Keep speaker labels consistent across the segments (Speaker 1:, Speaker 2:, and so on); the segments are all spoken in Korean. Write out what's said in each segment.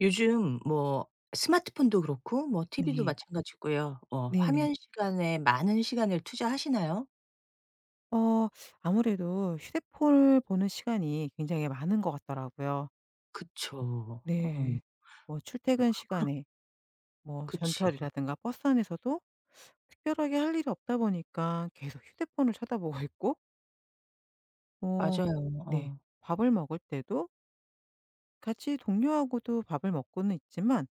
Speaker 1: 요즘 뭐 스마트폰도 그렇고 뭐 TV도
Speaker 2: 네.
Speaker 1: 마찬가지고요.
Speaker 2: 네네.
Speaker 1: 화면 시간에 많은 시간을 투자하시나요?
Speaker 2: 어 아무래도 휴대폰을 보는 시간이 굉장히 많은 것 같더라고요.
Speaker 1: 그쵸. 어.
Speaker 2: 네. 뭐 출퇴근 시간에 뭐
Speaker 1: 그치.
Speaker 2: 전철이라든가 버스 안에서도 특별하게 할 일이 없다 보니까 계속 휴대폰을 쳐다보고 있고 어
Speaker 1: 맞아요.
Speaker 2: 네.
Speaker 1: 어.
Speaker 2: 밥을 먹을 때도 같이 동료하고도 밥을 먹고는 있지만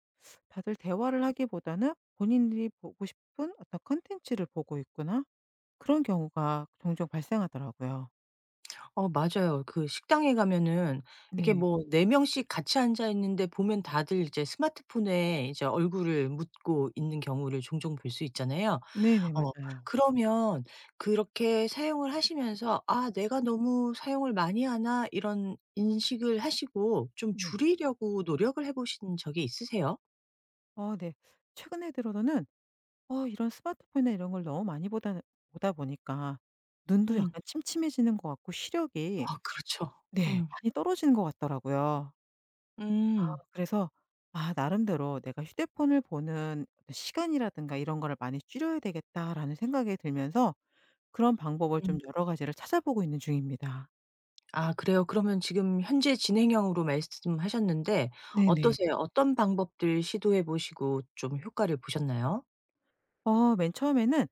Speaker 2: 다들 대화를 하기보다는 본인들이 보고 싶은 어떤 콘텐츠를 보고 있거나 그런 경우가 종종 발생하더라고요.
Speaker 1: 어 맞아요. 그 식당에 가면은 이게
Speaker 2: 네.
Speaker 1: 뭐 4 명씩 같이 앉아 있는데 보면 다들 이제 스마트폰에 이제 얼굴을 묻고 있는 경우를 종종 볼 수 있잖아요.
Speaker 2: 네네.
Speaker 1: 어
Speaker 2: 맞아요.
Speaker 1: 그러면 그렇게 사용을 하시면서 '아 내가 너무 사용을 많이 하나?' 이런 인식을 하시고 좀
Speaker 2: 네.
Speaker 1: 줄이려고 노력을 해 보신 적이 있으세요?
Speaker 2: 네. 최근에 들어서는 어 이런 스마트폰이나 이런 걸 너무 많이 보다 보니까 눈도
Speaker 1: 음.
Speaker 2: 약간 침침해지는 것 같고 시력이
Speaker 1: 아 그렇죠.
Speaker 2: 네
Speaker 1: 음.
Speaker 2: 많이 떨어지는 것 같더라고요.
Speaker 1: 음.
Speaker 2: 그래서 아 나름대로 '내가 휴대폰을 보는 어떤 시간이라든가 이런 거를 많이 줄여야 되겠다.'라는 생각이 들면서 그런 방법을 좀
Speaker 1: 음.
Speaker 2: 여러 가지를 찾아보고 있는 중입니다.
Speaker 1: 아 그래요? 그러면 지금 현재 진행형으로 말씀하셨는데
Speaker 2: 네네.
Speaker 1: 어떠세요? 어떤 방법들 시도해 보시고 좀 효과를 보셨나요?
Speaker 2: 맨 처음에는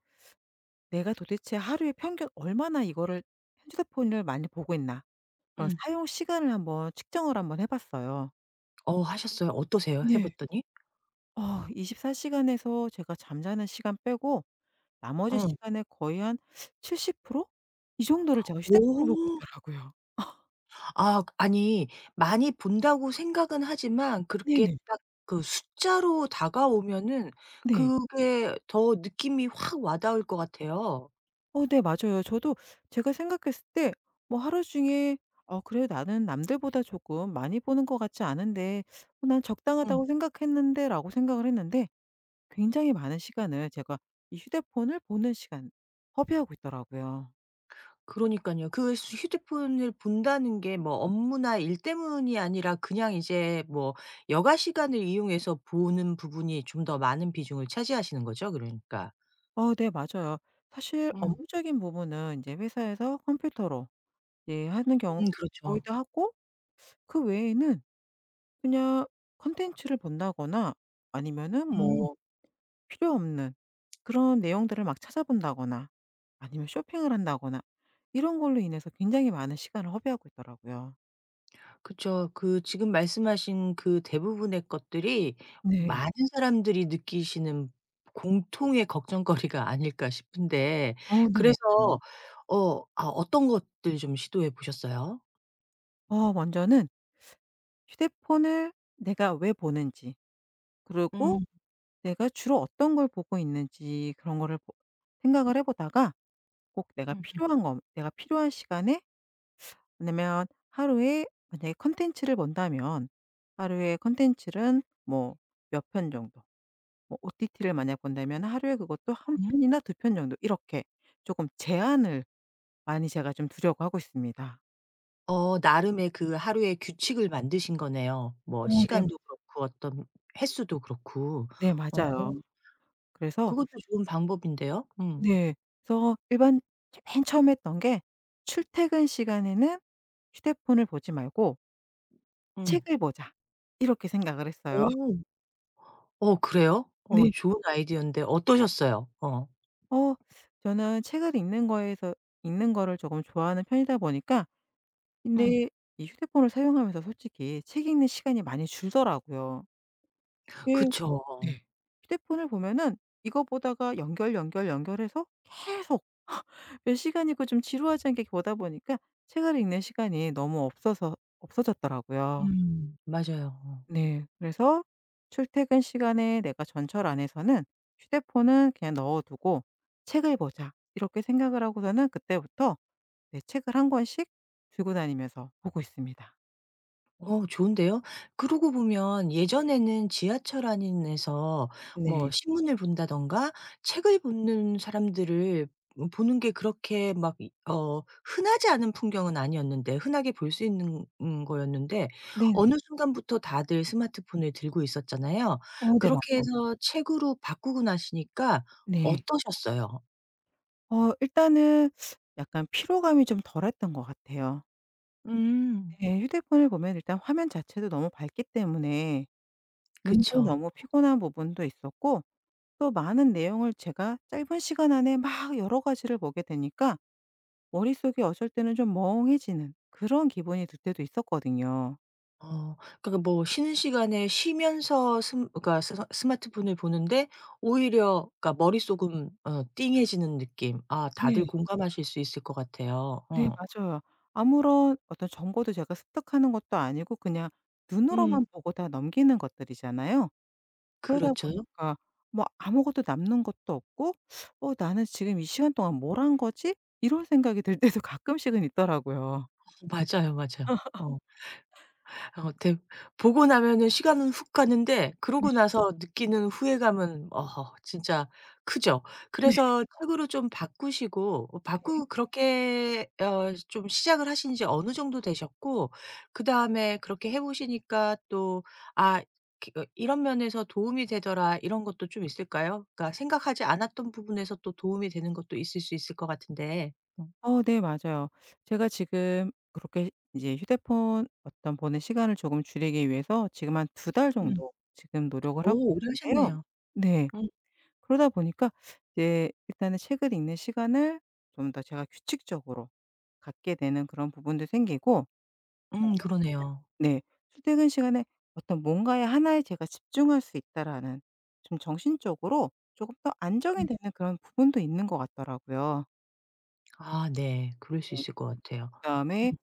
Speaker 2: '내가 도대체 하루에 평균 얼마나 이거를 핸드폰을 많이 보고 있나.' 그런
Speaker 1: 음.
Speaker 2: 사용 시간을 한번 측정을 한번 해 봤어요.
Speaker 1: 하셨어요? 어떠세요? 해
Speaker 2: 네.
Speaker 1: 봤더니?
Speaker 2: 어 24시간 시간에서 제가 잠자는 시간 빼고 나머지
Speaker 1: 응.
Speaker 2: 시간에 거의 한 70%이 정도를 제가
Speaker 1: 오.
Speaker 2: 휴대폰을 보고 있더라고요.
Speaker 1: 아 아니 많이 본다고 생각은 하지만 그렇게
Speaker 2: 네네.
Speaker 1: 딱 그 숫자로 다가오면은
Speaker 2: 네.
Speaker 1: 그게 더 느낌이 확 와닿을 것 같아요.
Speaker 2: 네 맞아요. 저도 제가 생각했을 때 뭐 하루 중에 '어 그래 나는 남들보다 조금 많이 보는 것 같지 않은데 어 난
Speaker 1: 음.
Speaker 2: 적당하다고 생각했는데.'라고 생각을 했는데 굉장히 많은 시간을 제가 이 휴대폰을 보는 시간 허비하고 있더라고요.
Speaker 1: 그러니까요 그 휴대폰을 본다는 게 뭐 업무나 일 때문이 아니라 그냥 이제 뭐 여가 시간을 이용해서 보는 부분이 좀 더 많은 비중을 차지하시는 거죠 그러니까?
Speaker 2: 네 맞아요. 사실
Speaker 1: 음.
Speaker 2: 업무적인 부분은 이제 회사에서 컴퓨터로 예 하는 경우 거의
Speaker 1: 그렇죠.
Speaker 2: 다 하고 그 외에는 그냥 컨텐츠를 본다거나 아니면은
Speaker 1: 음.
Speaker 2: 뭐 필요 없는 그런 내용들을 막 찾아본다거나 아니면 쇼핑을 한다거나 이런 걸로 인해서 굉장히 많은 시간을 허비하고 있더라고요.
Speaker 1: 그죠그 지금 말씀하신 그 대부분의 것들이
Speaker 2: 네.
Speaker 1: 많은 사람들이 느끼시는 공통의 걱정거리가 아닐까 싶은데
Speaker 2: 네
Speaker 1: 그래서
Speaker 2: 맞아요.
Speaker 1: 어떤 것들 좀 시도해 보셨어요?
Speaker 2: 먼저는 휴대폰을 내가 왜 보는지 그리고
Speaker 1: 음.
Speaker 2: 내가 주로 어떤 걸 보고 있는지 그런 거를 보 생각을 해 보다가 꼭 내가
Speaker 1: 음음.
Speaker 2: 필요한 거 내가 필요한 시간에 왜냐면 하루에 만약에 컨텐츠를 본다면 하루에 컨텐츠는 뭐 몇 편 정도 뭐 OTT를 만약 본다면 하루에 그것도 한 편이나 두 편 정도 이렇게 조금 제한을 많이 제가 좀 두려고 하고 있습니다.
Speaker 1: 나름의 그 하루의 규칙을 만드신 거네요.
Speaker 2: 어
Speaker 1: 뭐
Speaker 2: 네.
Speaker 1: 시간도 그렇고 어떤 횟수도 그렇고.
Speaker 2: 네
Speaker 1: 어
Speaker 2: 맞아요. 그래서
Speaker 1: 그것도 좋은 방법인데요. 음.
Speaker 2: 네. 그래서 일반 맨 처했던 게 출퇴근 시간에는 휴대폰을 보지 말고
Speaker 1: 음.
Speaker 2: 책을 보자.' 이렇게 생각을 했어요.
Speaker 1: 오. 그래요?
Speaker 2: 네.
Speaker 1: 좋은 아이디어인데 어떠셨어요? 어.
Speaker 2: 어 저는 책을 읽는 거에서 읽는 거를 조금 좋아하는 편이다 보니까
Speaker 1: 음.
Speaker 2: 근데 이 휴대폰을 사용하면서 솔직히 책 읽는 시간이 많이 줄더라고요. 예.
Speaker 1: 그쵸.
Speaker 2: 네. 휴대폰을 보면은 이거 보다가 연결, 연결, 연결해서 계속 몇 시간이고 좀 지루하지 않게 보다 보니까 책을 읽는 시간이 너무 없어서 없어졌더라고요.
Speaker 1: 맞아요.
Speaker 2: 네. 그래서 출퇴근 시간에 내가 전철 안에서는 휴대폰은 그냥 넣어 두고 '책을 보자.' 이렇게 생각을 하고서는 그때부터 네 책을 한 권씩 들고 다니면서 보고 있습니다.
Speaker 1: 좋은데요? 그러고 보면 예전에는 지하철 안에서 뭐
Speaker 2: 네.
Speaker 1: 신문을 본다던가 책을 보는 사람들을 보는 게 그렇게 막 이 흔하지 않은 풍경은 아니었는데 흔하게 볼 수 있는 거였는데
Speaker 2: 네네. 네.
Speaker 1: 어느 순간부터 다들 스마트폰을 들고 있었잖아요.
Speaker 2: 네
Speaker 1: 그렇게
Speaker 2: 맞아요.
Speaker 1: 해서 책으로 바꾸고 나시니까
Speaker 2: 네.
Speaker 1: 어떠셨어요?
Speaker 2: 일단은 약간 피로감이 좀 덜했던 것 같아요.
Speaker 1: 음.
Speaker 2: 네. 휴대폰을 보면 일단 화면 자체도 너무 밝기 때문에 눈도
Speaker 1: 그쵸.
Speaker 2: 너무 피곤한 부분도 있었고 또 많은 내용을 제가 짧은 시간 안에 막 여러 가지를 보게 되니까 머릿속이 어쩔 때는 좀 멍해지는 그런 기분이 들 때도 있었거든요.
Speaker 1: 어. 그러니까 뭐 쉬는 시간에 쉬면서 그러니까 스 스마트폰을 보는데 오히려 그러니까 머릿속은 띵해지는 느낌. 아 다들
Speaker 2: 네.
Speaker 1: 공감하실 수 있을 것 같아요.
Speaker 2: 네
Speaker 1: 어.
Speaker 2: 맞아요. 아무런 어떤 정보도 제가 습득하는 것도 아니고 그냥
Speaker 1: 음.
Speaker 2: 눈으로만 보고 다 넘기는 것들이잖아요. 그러다
Speaker 1: 그렇죠.
Speaker 2: 보니까 뭐 아무것도 남는 것도 없고 '어 나는 지금 이 시간 동안 뭘 한 거지?' 이런 생각이 들 때도 가끔씩은 있더라고요.
Speaker 1: 맞아요, 맞아요. 어. 어 대 보고 나면은 시간은 훅 가는데
Speaker 2: 네.
Speaker 1: 그러고 나서 느끼는 후회감은 어허 진짜 크죠.
Speaker 2: 네.
Speaker 1: 그래서 책으로 좀 바꾸시고 어 바꾸 그렇게 좀 시작을 하신 지 어느 정도 되셨고 그다음에 그렇게 해 보시니까 또 '아 이런 면에서 도움이 되더라.' 이런 것도 좀 있을까요? 그러니까 생각하지 않았던 부분에서 또 도움이 되는 것도 있을 수 있을 것 같은데. 어.
Speaker 2: 네 맞아요. 제가 지금 그렇게 이제 휴대폰 어떤 보는 시간을 조금 줄이기 위해서 지금 한 두 달
Speaker 1: 음.
Speaker 2: 정도 지금 노력을 하고
Speaker 1: 오 오래
Speaker 2: 있는데요.
Speaker 1: 하셨네요.
Speaker 2: 네.
Speaker 1: 음
Speaker 2: 그러다 보니까 이제 일단은 책을 읽는 시간을 좀 더 제가 규칙적으로 갖게 되는 그런 부분도 생기고 그다음에 출퇴
Speaker 1: 그러네요.
Speaker 2: 네. 출퇴근 시간에 어떤 뭔가에 하나에 제가 집중할 수 있다라는 좀 정신적으로 조금 더 안정이
Speaker 1: 음.
Speaker 2: 되는 그런 부분도 있는 것 같더라고요.
Speaker 1: 아 네. 그럴 수
Speaker 2: 네.
Speaker 1: 있을 것 같아요.
Speaker 2: 그다음에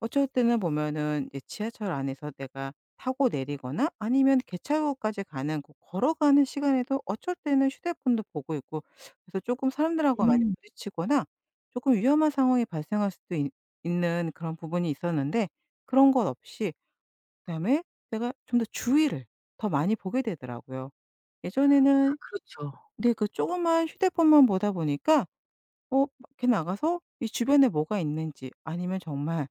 Speaker 2: 어쩔 때는 보면은 이제 지하철 안에서 내가 타고 내리거나 아니면 개차구까지 가는 그 걸어가는 시간에도 어쩔 때는 휴대폰도 보고 있고 그래서 조금 사람들하고 많이
Speaker 1: 음.
Speaker 2: 부딪히거나 조금 위험한 상황이 발생할 수도 있는 그런 부분이 있었는데 그런 것 없이 그다음에 내가 좀 더 주위를 더 많이 보게 되더라고요. 예전에는
Speaker 1: 그렇죠.
Speaker 2: 네 그 조그만 휴대폰만 보다 보니까 밖에 나가서 이 주변에 뭐가 있는지 아니면 정말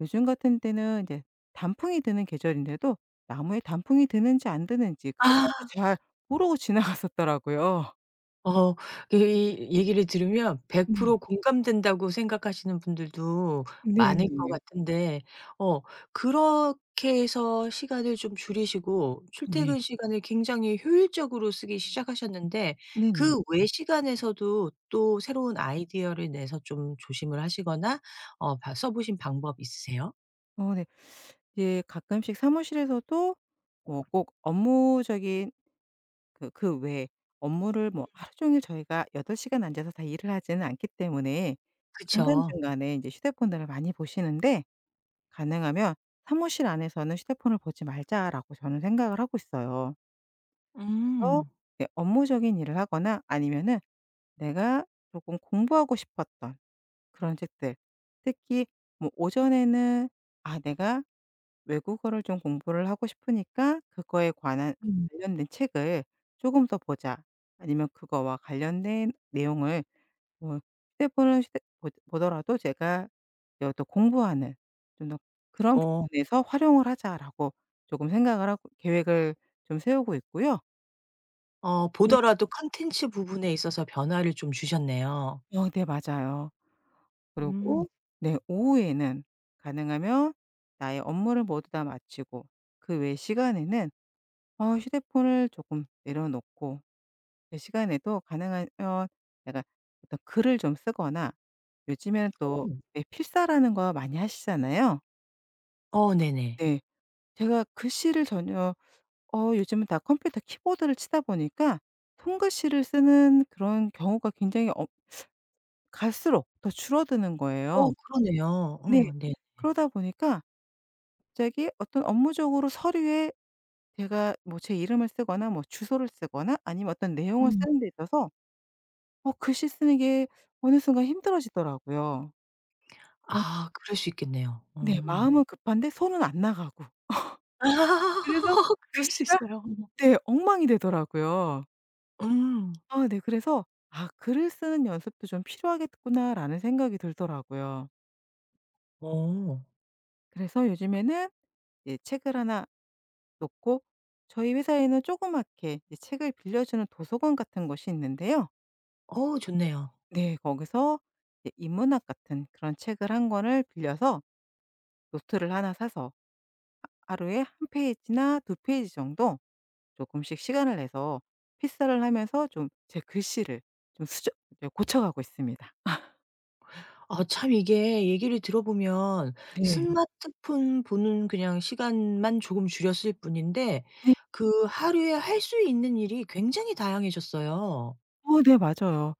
Speaker 2: 요즘 같은 때는 이제 단풍이 드는 계절인데도 나무에 단풍이 드는지 안 드는지 그런 것도
Speaker 1: 아
Speaker 2: 잘 모르고 지나갔었더라고요.
Speaker 1: 어 이 이 얘기를 들으면
Speaker 2: 네.
Speaker 1: 100% 공감된다고 생각하시는 분들도 많을 것
Speaker 2: 네네.
Speaker 1: 같은데 어 그렇게 해서 시간을 좀 줄이시고
Speaker 2: 네.
Speaker 1: 출퇴근 시간을 굉장히 효율적으로 쓰기 시작하셨는데
Speaker 2: 네네.
Speaker 1: 그 외 시간에서도 또 새로운 아이디어를 내서 좀 조심을 하시거나 어 봐 써 보신 방법 있으세요?
Speaker 2: 네. 이제 가끔씩 사무실에서도 뭐 꼭 업무적인 그 그 외에 업무를 뭐 하루 종일 저희가 8시간 시간 앉아서 다 일을 하지는 않기 때문에
Speaker 1: 그쵸.
Speaker 2: 중간중간에 이제 휴대폰들을 많이 보시는데 가능하면 '사무실 안에서는 휴대폰을 보지 말자.'라고 저는 생각을 하고 있어요. 그래서
Speaker 1: 음.
Speaker 2: 이제 업무적인 일을 하거나 아니면은 내가 조금 공부하고 싶었던 그런 책들 특히 뭐 오전에는 아 내가 외국어를 좀 공부를 하고 싶으니까 그거에 관한
Speaker 1: 음.
Speaker 2: 관련된 책을 '조금 더 보자.' 아니면 '그거와 관련된 내용을 뭐 휴대폰을 휴대 보 보더라도 제가 여 또 공부하는 좀 더 그런
Speaker 1: 어.
Speaker 2: 부분에서 '활용을 하자.'라고 조금 생각을 하고 계획을 좀 세우고 있고요. 네.
Speaker 1: 보더라도 컨텐츠 부분에 있어서 변화를 좀 주셨네요.
Speaker 2: 네 맞아요.
Speaker 1: 음.
Speaker 2: 그리고 네 오후에는 가능하면 나의 업무를 모두 다 마치고 그 외 시간에는 휴대폰을 조금 내려놓고 그 시간에도 가능하면 내가 어떤 글을 좀 쓰거나 요즘에는 또
Speaker 1: 음.
Speaker 2: 왜 필사라는 거 많이 하시잖아요.
Speaker 1: 네네.
Speaker 2: 네. 제가 글씨를 전혀 요즘은 다 컴퓨터 키보드를 치다 보니까 손글씨를 쓰는 그런 경우가 굉장히 갈수록 더 줄어드는 거예요.
Speaker 1: 그러네요.
Speaker 2: 네.
Speaker 1: 네.
Speaker 2: 그러다 보니까 갑자기 어떤 업무적으로 서류에 제가 뭐 제 이름을 쓰거나 뭐 주소를 쓰거나 아니면 어떤 내용을
Speaker 1: 음.
Speaker 2: 쓰는 데 있어서 글씨 쓰는 게 어느 순간 힘들어지더라고요. 어
Speaker 1: 아 그럴 수 있겠네요.
Speaker 2: 네.
Speaker 1: 음.
Speaker 2: 마음은 급한데 손은 안 나가고. 그래서
Speaker 1: 그럴 수
Speaker 2: 글씨가
Speaker 1: 있어요.
Speaker 2: 네 엉망이 되더라고요.
Speaker 1: 음.
Speaker 2: 아 네. 그래서 '아 글을 쓰는 연습도 좀 필요하겠구나.'라는 생각이 들더라고요.
Speaker 1: 오 어.
Speaker 2: 그래서 요즘에는 이제 책을 하나 놓고 저희 회사에는 조그맣게 이 책을 빌려주는 도서관 같은 곳이 있는데요. 예.
Speaker 1: 좋네요.
Speaker 2: 네. 거기서 이제 인문학 같은 그런 책을 한 권을 빌려서 노트를 하나 사서 하루에 한 페이지나 두 페이지 정도 조금씩 시간을 내서 필사를 하면서 좀 제 글씨를 좀 수정 네 고쳐가고 있습니다.
Speaker 1: 아 참 이게 얘기를 들어보면
Speaker 2: 네.
Speaker 1: 스마트폰 보는 그냥 시간만 조금 줄였을 뿐인데
Speaker 2: 네.
Speaker 1: 그 하루에 할 수 있는 일이 굉장히 다양해졌어요.
Speaker 2: 네 맞아요.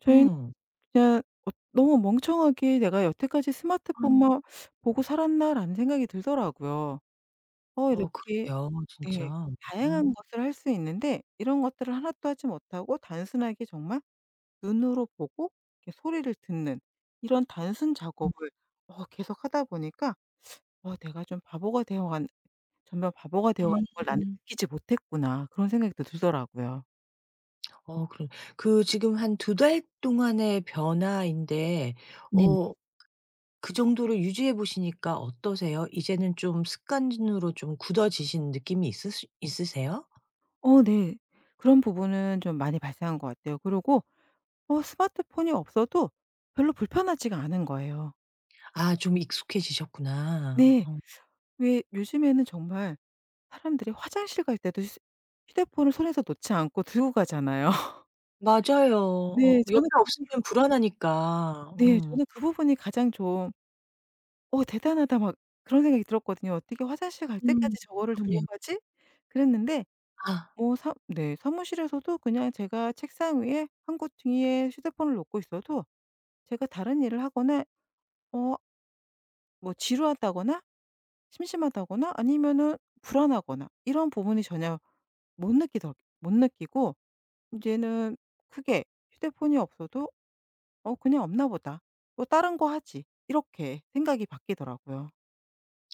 Speaker 2: 저희는
Speaker 1: 음.
Speaker 2: 그냥 너무 멍청하게 '내가 여태까지 스마트폰만 보고 살았나.'라는 생각이 들더라고요. 이렇게
Speaker 1: 그러게요. 진짜.
Speaker 2: 네.
Speaker 1: 어.
Speaker 2: 다양한 것을 할 수 있는데 이런 것들을 하나도 하지 못하고 단순하게 정말 눈으로 보고 이렇게 소리를 듣는 이런 단순 작업을 계속 하다 보니까 '어 내가 좀 바보가 되어간 전면 바보가 되어가는 걸 나는
Speaker 1: 음.
Speaker 2: 느끼지 못했구나.' 그런 생각도 들더라고요.
Speaker 1: 그래. 그 지금 한 두 달 동안의 변화인데
Speaker 2: 네네.
Speaker 1: 어 그 정도로 유지해 보시니까 어떠세요? 이제는 좀 습관으로 좀 굳어지신 느낌이 있으시 있으세요?
Speaker 2: 네. 그런 부분은 좀 많이 발생한 것 같아요. 그리고 스마트폰이 없어도 별로 불편하지가 않은 거예요.
Speaker 1: 아 좀 익숙해지셨구나.
Speaker 2: 네.
Speaker 1: 어.
Speaker 2: 왜 요즘에는 정말 사람들이 화장실 갈 때도 휴 휴대폰을 손에서 놓지 않고 들고 가잖아요.
Speaker 1: 맞아요.
Speaker 2: 네. 저는
Speaker 1: 옆에
Speaker 2: 그 부분
Speaker 1: 없으면 불안하니까.
Speaker 2: 네.
Speaker 1: 음.
Speaker 2: 저는 그 부분이 가장 좀 '어 대단하다.' 막 그런 생각이 들었거든요. '어떻게 화장실 갈
Speaker 1: 음.
Speaker 2: 때까지 저거를 들고
Speaker 1: 그러네요.
Speaker 2: 가지?' 그랬는데
Speaker 1: 아.
Speaker 2: 뭐 사 네. 사무실에서도 그냥 제가 책상 위에 한구퉁이에 휴대폰을 놓고 있어도 제가 다른 일을 하거나 어 뭐 지루하다거나 심심하다거나 아니면은 불안하거나 이런 부분이 전혀 못 느끼더 못 느끼고 이제는 크게 '휴대폰이 없어도 어 그냥 없나 보다. 뭐 다른 거 하지.' 이렇게 생각이 바뀌더라고요.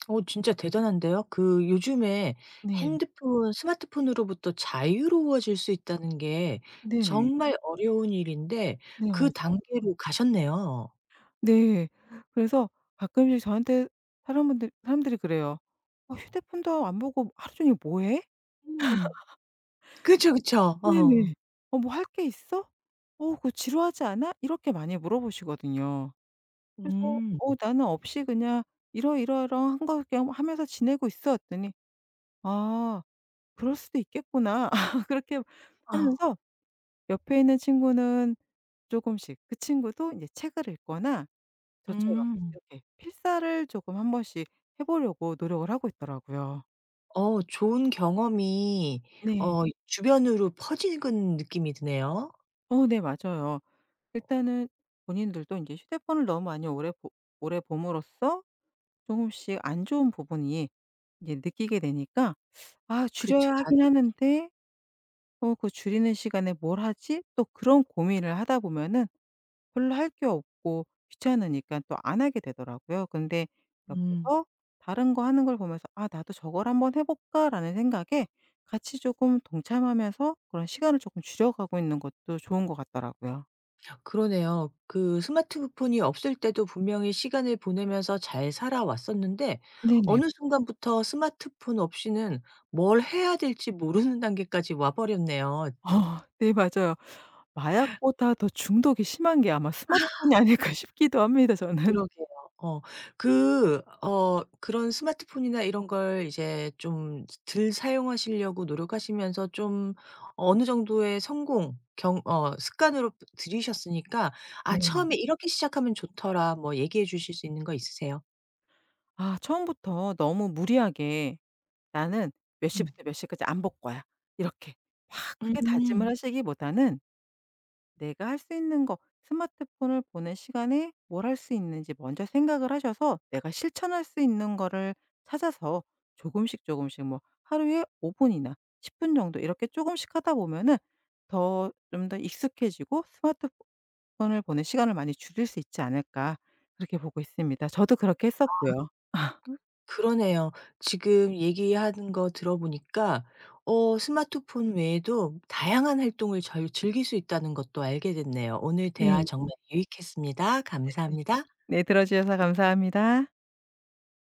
Speaker 1: 진짜 대단한데요. 그 요즘에
Speaker 2: 네.
Speaker 1: 핸드폰 스마트폰으로부터 자유로워질 수 있다는 게
Speaker 2: 네네.
Speaker 1: 정말 어려운 일인데
Speaker 2: 네 맞아요.
Speaker 1: 그 단계로 가셨네요.
Speaker 2: 네. 그래서 가끔씩 저한테 사람분들 사람들이 그래요. "어 휴대폰도 안 보고 하루 종일 뭐 해?"
Speaker 1: 음. 그쵸, 그쵸.
Speaker 2: 네네.
Speaker 1: 어.
Speaker 2: "어 뭐 할 게 있어? 어 그거 지루하지 않아?" 이렇게 많이 물어보시거든요. 그래서
Speaker 1: 음.
Speaker 2: "어 나는 없이 그냥 이러이러이러한 거 그냥 하면서 지내고 있어." 했더니 "아 그럴 수도 있겠구나." 그렇게
Speaker 1: 아
Speaker 2: 하면서 옆에 있는 친구는 조금씩 그 친구도 이제 책을 읽거나 저처럼
Speaker 1: 음.
Speaker 2: 이렇게 필사를 조금 한 번씩 해 보려고 노력을 하고 있더라고요.
Speaker 1: 좋은 경험이
Speaker 2: 네.
Speaker 1: 주변으로 퍼지는 느낌이 드네요.
Speaker 2: 네 맞아요. 일단은 본인들도 이제 휴대폰을 너무 많이 오래 봄으로써 조금씩 안 좋은 부분이 이제 느끼게 되니까 '아 줄여야
Speaker 1: 그쵸.
Speaker 2: 하긴
Speaker 1: 다들
Speaker 2: 하는데 어 그 줄이는 시간에 뭘 하지?' 또 그런 고민을 하다 보면은 별로 할 게 없고 귀찮으니까 또 안 하게 되더라고요. 근데
Speaker 1: 음.
Speaker 2: 옆에서 다른 거 하는 걸 보면서 '아 나도 저걸 한번 해 볼까.'라는 생각에 같이 조금 동참하면서 그런 시간을 조금 줄여가고 있는 것도 좋은 것 같더라고요.
Speaker 1: 그러네요. 그 스마트폰이 없을 때도 분명히 시간을 보내면서 잘 살아왔었는데
Speaker 2: 네네.
Speaker 1: 어느 순간부터 스마트폰 없이는 뭘 해야 될지 모르는 단계까지 와 버렸네요.
Speaker 2: 아 네 맞아요. 마약보다 더 중독이 심한 게 아마 스마트폰이 아닐까 싶기도 합니다 저는.
Speaker 1: 그러게요. 어. 그 그런 스마트폰이나 이런 걸 이제 좀 덜 사용하시려고 노력하시면서 좀 어느 정도의 성공 경 어 습관으로 들이셨으니까 '아
Speaker 2: 네.
Speaker 1: 처음에 이렇게 시작하면 좋더라.' 뭐 얘기해 주실 수 있는 거 있으세요?
Speaker 2: 아 처음부터 너무 무리하게 '나는 몇
Speaker 1: 음.
Speaker 2: 시부터 몇 시까지 안 볼 거야.' 이렇게 확 크게 다짐을
Speaker 1: 음.
Speaker 2: 하시기보다는 내가 할 수 있는 거 스마트폰을 보는 시간에 뭘 할 수 있는지 먼저 생각을 하셔서 내가 실천할 수 있는 거를 찾아서 조금씩 조금씩 뭐 하루에 5분 분이나 10분 정도 이렇게 조금씩 하다 보면은 더 좀 더 익숙해지고 스마트폰을 보는 시간을 많이 줄일 수 있지 않을까 그렇게 보고 있습니다. 저도 그렇게 했었고요.
Speaker 1: 그러네요. 지금 얘기하는 거 들어보니까 스마트폰 외에도 다양한 활동을 절 즐길 수 있다는 것도 알게 됐네요. 오늘 대화
Speaker 2: 네.
Speaker 1: 정말 유익했습니다. 감사합니다.
Speaker 2: 네 들어 주셔서 감사합니다.